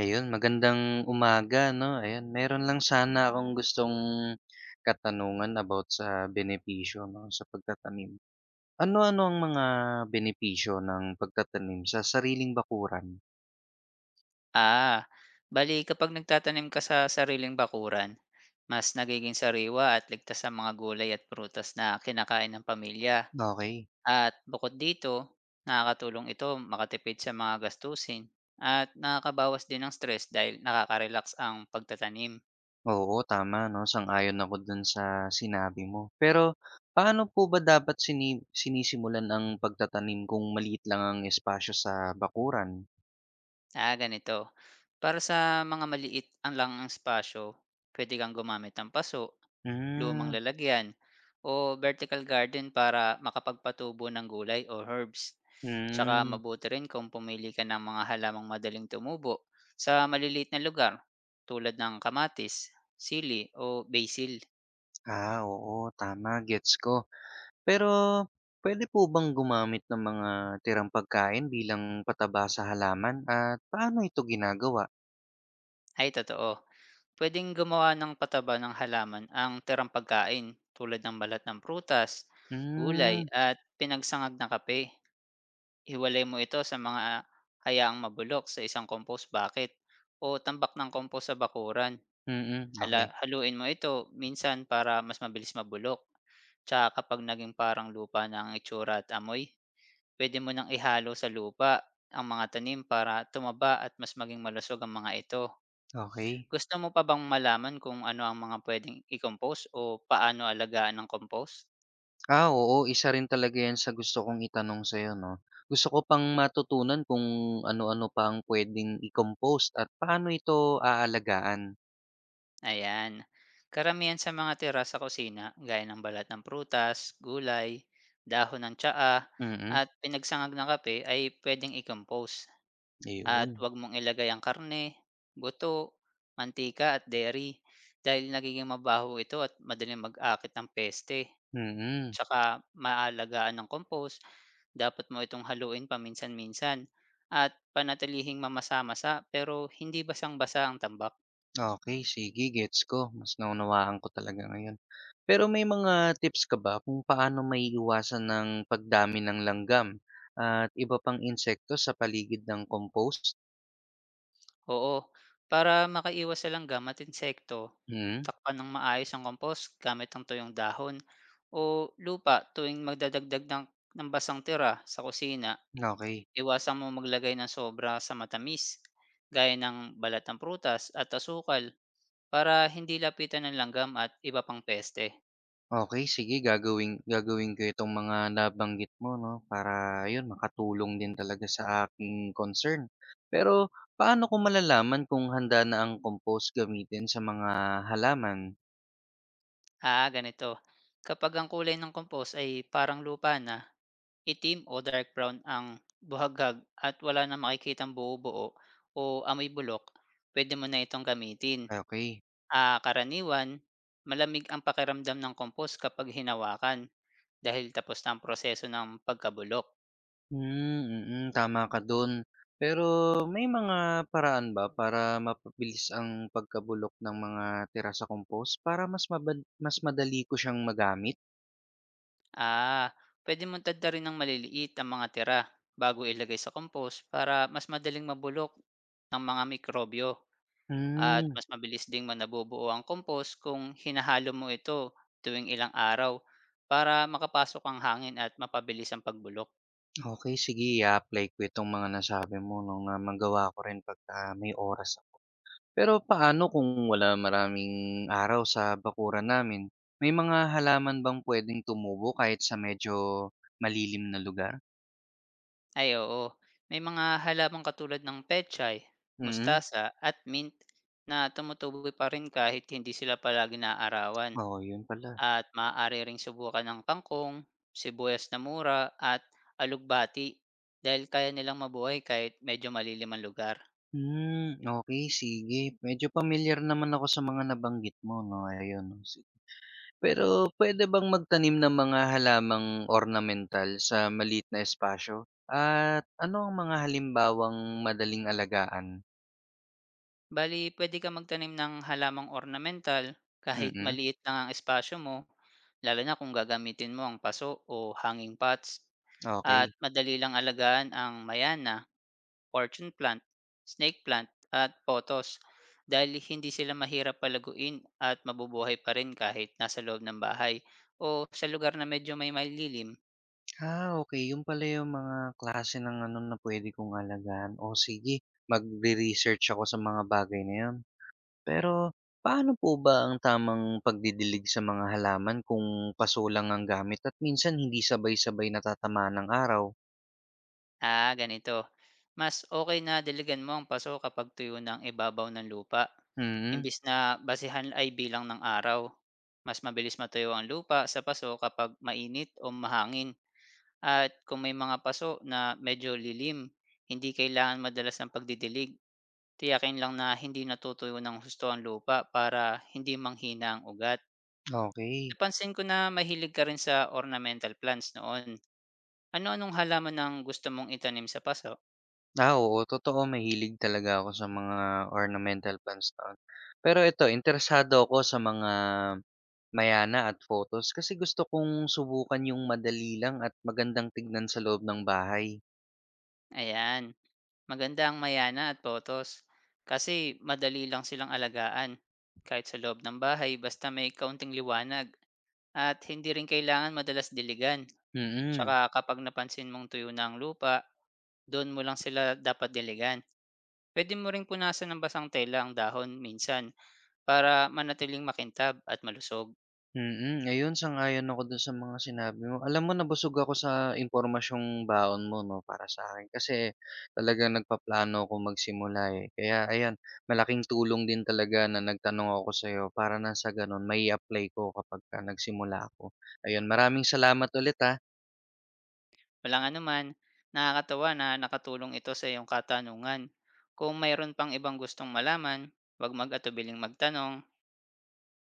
Ayun, magandang umaga 'no, ayan. Meron lang sana akong gustong katanungan about sa benepisyo 'no, sa pagtatanim. Ano-ano ang mga benepisyo ng pagtatanim sa sariling bakuran? Ah, bali kapag nagtatanim ka sa sariling bakuran, mas nagiging sariwa at ligtas sa mga gulay at prutas na kinakain ng pamilya. Okay. At bukod dito, nakakatulong ito makatipid sa mga gastusin at nakakabawas din ng stress dahil nakaka-relax ang pagtatanim. Oo, tama 'no, sang-ayon ako dun sa sinabi mo. Pero paano po ba dapat sinisimulan ang pagtatanim kung maliit lang ang espasyo sa bakuran? Ah, ganito. Para sa mga maliit lang ang espasyo, pwede kang gumamit ng paso, lumang Hmm. lalagyan o vertical garden para makapagpatubo ng gulay o herbs. Tsaka Hmm. mabuti rin kung pumili ka ng mga halamang madaling tumubo sa maliliit na lugar tulad ng kamatis, sili o basil. Ah, oo, tama, gets ko. Pero puwede po bang gumamit ng mga tirang pagkain bilang pataba sa halaman at paano ito ginagawa? Ay totoo, pwedeng gumawa ng pataba ng halaman ang tirang pagkain tulad ng balat ng prutas, gulay Hmm. at pinagsangag na kape. Hiwalay mo ito sa mga, hayaang mabulok sa isang compost bucket o tambak ng compost sa bakuran. Mm. Mm, Hala, okay. haluin mo ito minsan para mas mabilis mabulok. Tsaka kapag naging parang lupa na ang itsura at amoy, pwede mo nang ihalo sa lupa ang mga tanim para tumaba at mas maging malusog ang mga ito. Okey. Gusto mo pa bang malaman kung ano ang mga pwedeng i-compost o paano alagaan ng compost? Ah, oo, isa rin talaga 'yan sa gusto kong itanong sa'yo 'no. Gusto ko pang matutunan kung ano-ano pa ang puwedeng i-compost at paano ito aalagaan. Ayan. Karamihan sa mga tira sa kusina, gaya ng balat ng prutas, gulay, dahon ng tsaa, Mm. Mm. at pinagsangag ng kape ay pwedeng i-compose. At Ayun. huwag mong ilagay ang karne, buto, mantika at dairy dahil nagiging mabaho ito at madaling mag-akit ng peste. Mm. Mm. Tsaka maalagaan ng compost, dapat mo itong haluin paminsan-minsan at panatilihing mamasa-masa pero hindi basang-basa ang tambak. Okay, sige gets ko, mas naunawaan ko talaga ngayon. Pero may mga tips ka ba kung paano maiiwasan ang pagdami ng langgam at iba pang insekto sa paligid ng compost? Oo, para makaiwas sa langgam at insekto, Hmm. takpan ng maayos ang compost gamit ang tuyong dahon o lupa tuwing magdadagdag ng basang tira sa kusina. Okay. Iwasan mo maglagay ng sobra sa matamis, gaya ng balat ng prutas at asukal para hindi lapitan ng langgam at iba pang peste. Okay, sige gagawin gagawin ko itong mga nabanggit mo 'no, para ayun makatulong din talaga sa aking concern. Pero paano ko malalaman kung handa na ang compost gamitin sa mga halaman? Ah, ganito. Kapag ang kulay ng compost ay parang lupa na, itim o dark brown ang buhaghag at wala na makikitang buo-buo o amoy bulok, pwede mo na itong gamitin. Okay. Ah, karaniwan, malamig ang pakiramdam ng compost kapag hinawakan dahil tapos na ang proseso ng pagkabulok. Hmm. Mm, tama ka dun. Pero may mga paraan ba para mapabilis ang pagkabulok ng mga tira sa compost para mas madali ko siyang magamit? Ah, pwede mong tadda rin ng maliliit ang mga tira bago ilagay sa compost para mas madaling mabulok ng mga mikrobyo. At Hmm. mas mabilis ding ma nabubuo ang compost kung hinahalo mo ito tuwing ilang araw para makapasok ang hangin at mapabilis ang pagbulok. Okay, sige i-a-apply ko itong mga nasabi mo 'no, na magawa ko rin pagka may oras ako. Pero paano kung wala maraming araw sa bakuran namin? May mga halaman bang pwedeng tumubo kahit sa medyo malilim na lugar? Ay oo, may mga halaman katulad ng pechay, Hmm, mustasa at mint na tumutubo pa rin kahit hindi sila palagi naaarawan. oo, yun pala. At maaari ring subukan ng kangkong, sibuyas na mura at alugbati dahil kaya nilang mabuhay kahit medyo malilim ang lugar. Hmm, okey sige. Medyo pamilyar naman ako sa mga nabanggit mo 'no, ayun. No? Pero puwede bang magtanim ng mga halamang ornamental sa maliit na espasyo? At ano ang mga halimbawang madaling alagaan? Bale pwede ka magtanim ng halamang ornamental kahit Mm, maliit lang ang espasyo mo, lalo na kung gagamitin mo ang paso o hanging pots. At okay. madali lang alagaan ang mayana, fortune plant, snake plant at potos dahil hindi sila mahirap palaguin at mabubuhay pa rin kahit nasa loob ng bahay o sa lugar na medyo may malilim. Ah, okay yung pala yung mga klase ng ano na puwede kong alagaan. O sige, magre-research ako sa mga bagay na yun. Pero paano po ba ang tamang pagdidilig sa mga halaman kung paso lang ang gamit at minsan hindi sabay-sabay natatamaan ng araw? Ah, ganito. Mas okay na diligan mo ang paso kapag tuyo ng ibabaw ng lupa. Mm. Imbis na basihan ay bilang ng araw. Mas mabilis matuyo ang lupa sa paso kapag mainit o mahangin at kung may mga paso na medyo lilim, hindi kailangan madalas ng pagdidilig. Tiyakin lang na hindi natutuyo ng husto ang lupa para hindi manghina ang ugat. Okey. Napansin ko na mahilig ka rin sa ornamental plants noon. Ano-anong halaman ang gusto mong itanim sa paso? Ah, oo, totoo mahilig talaga ako sa mga ornamental plants noon. Pero ito, interesado ako sa mga mayana at photos kasi gusto kong subukan yung madali lang at magandang tignan sa loob ng bahay. Ayan, maganda ang mayana at potos kasi madali lang silang alagaan kahit sa loob ng bahay basta may kaunting liwanag at hindi rin kailangan madalas diligan. Mm. Tsaka kapag napansin mong tuyo na ang lupa, doon mo lang sila dapat diligan. Pwede mo ring punasan ng basang tela ang dahon minsan para manatiling makintab at malusog. Mm, ayun sang-ayon ako dun sa mga sinabi mo. Alam mo nabusog ako sa impormasyong baon mo 'no, para sa akin kasi talaga nagpaplano akong magsimula, eh. Kaya ayan, malaking tulong din talaga na nagtanong ako sa'yo para na sa ganun may apply ko kapagka nagsimula ako. Ayun, maraming salamat ulit, ah. Walang anuman, nakakatawa na nakatulong ito sa iyong katanungan. Kung mayroon pang ibang gustong malaman, huwag mag-atubiling magtanong.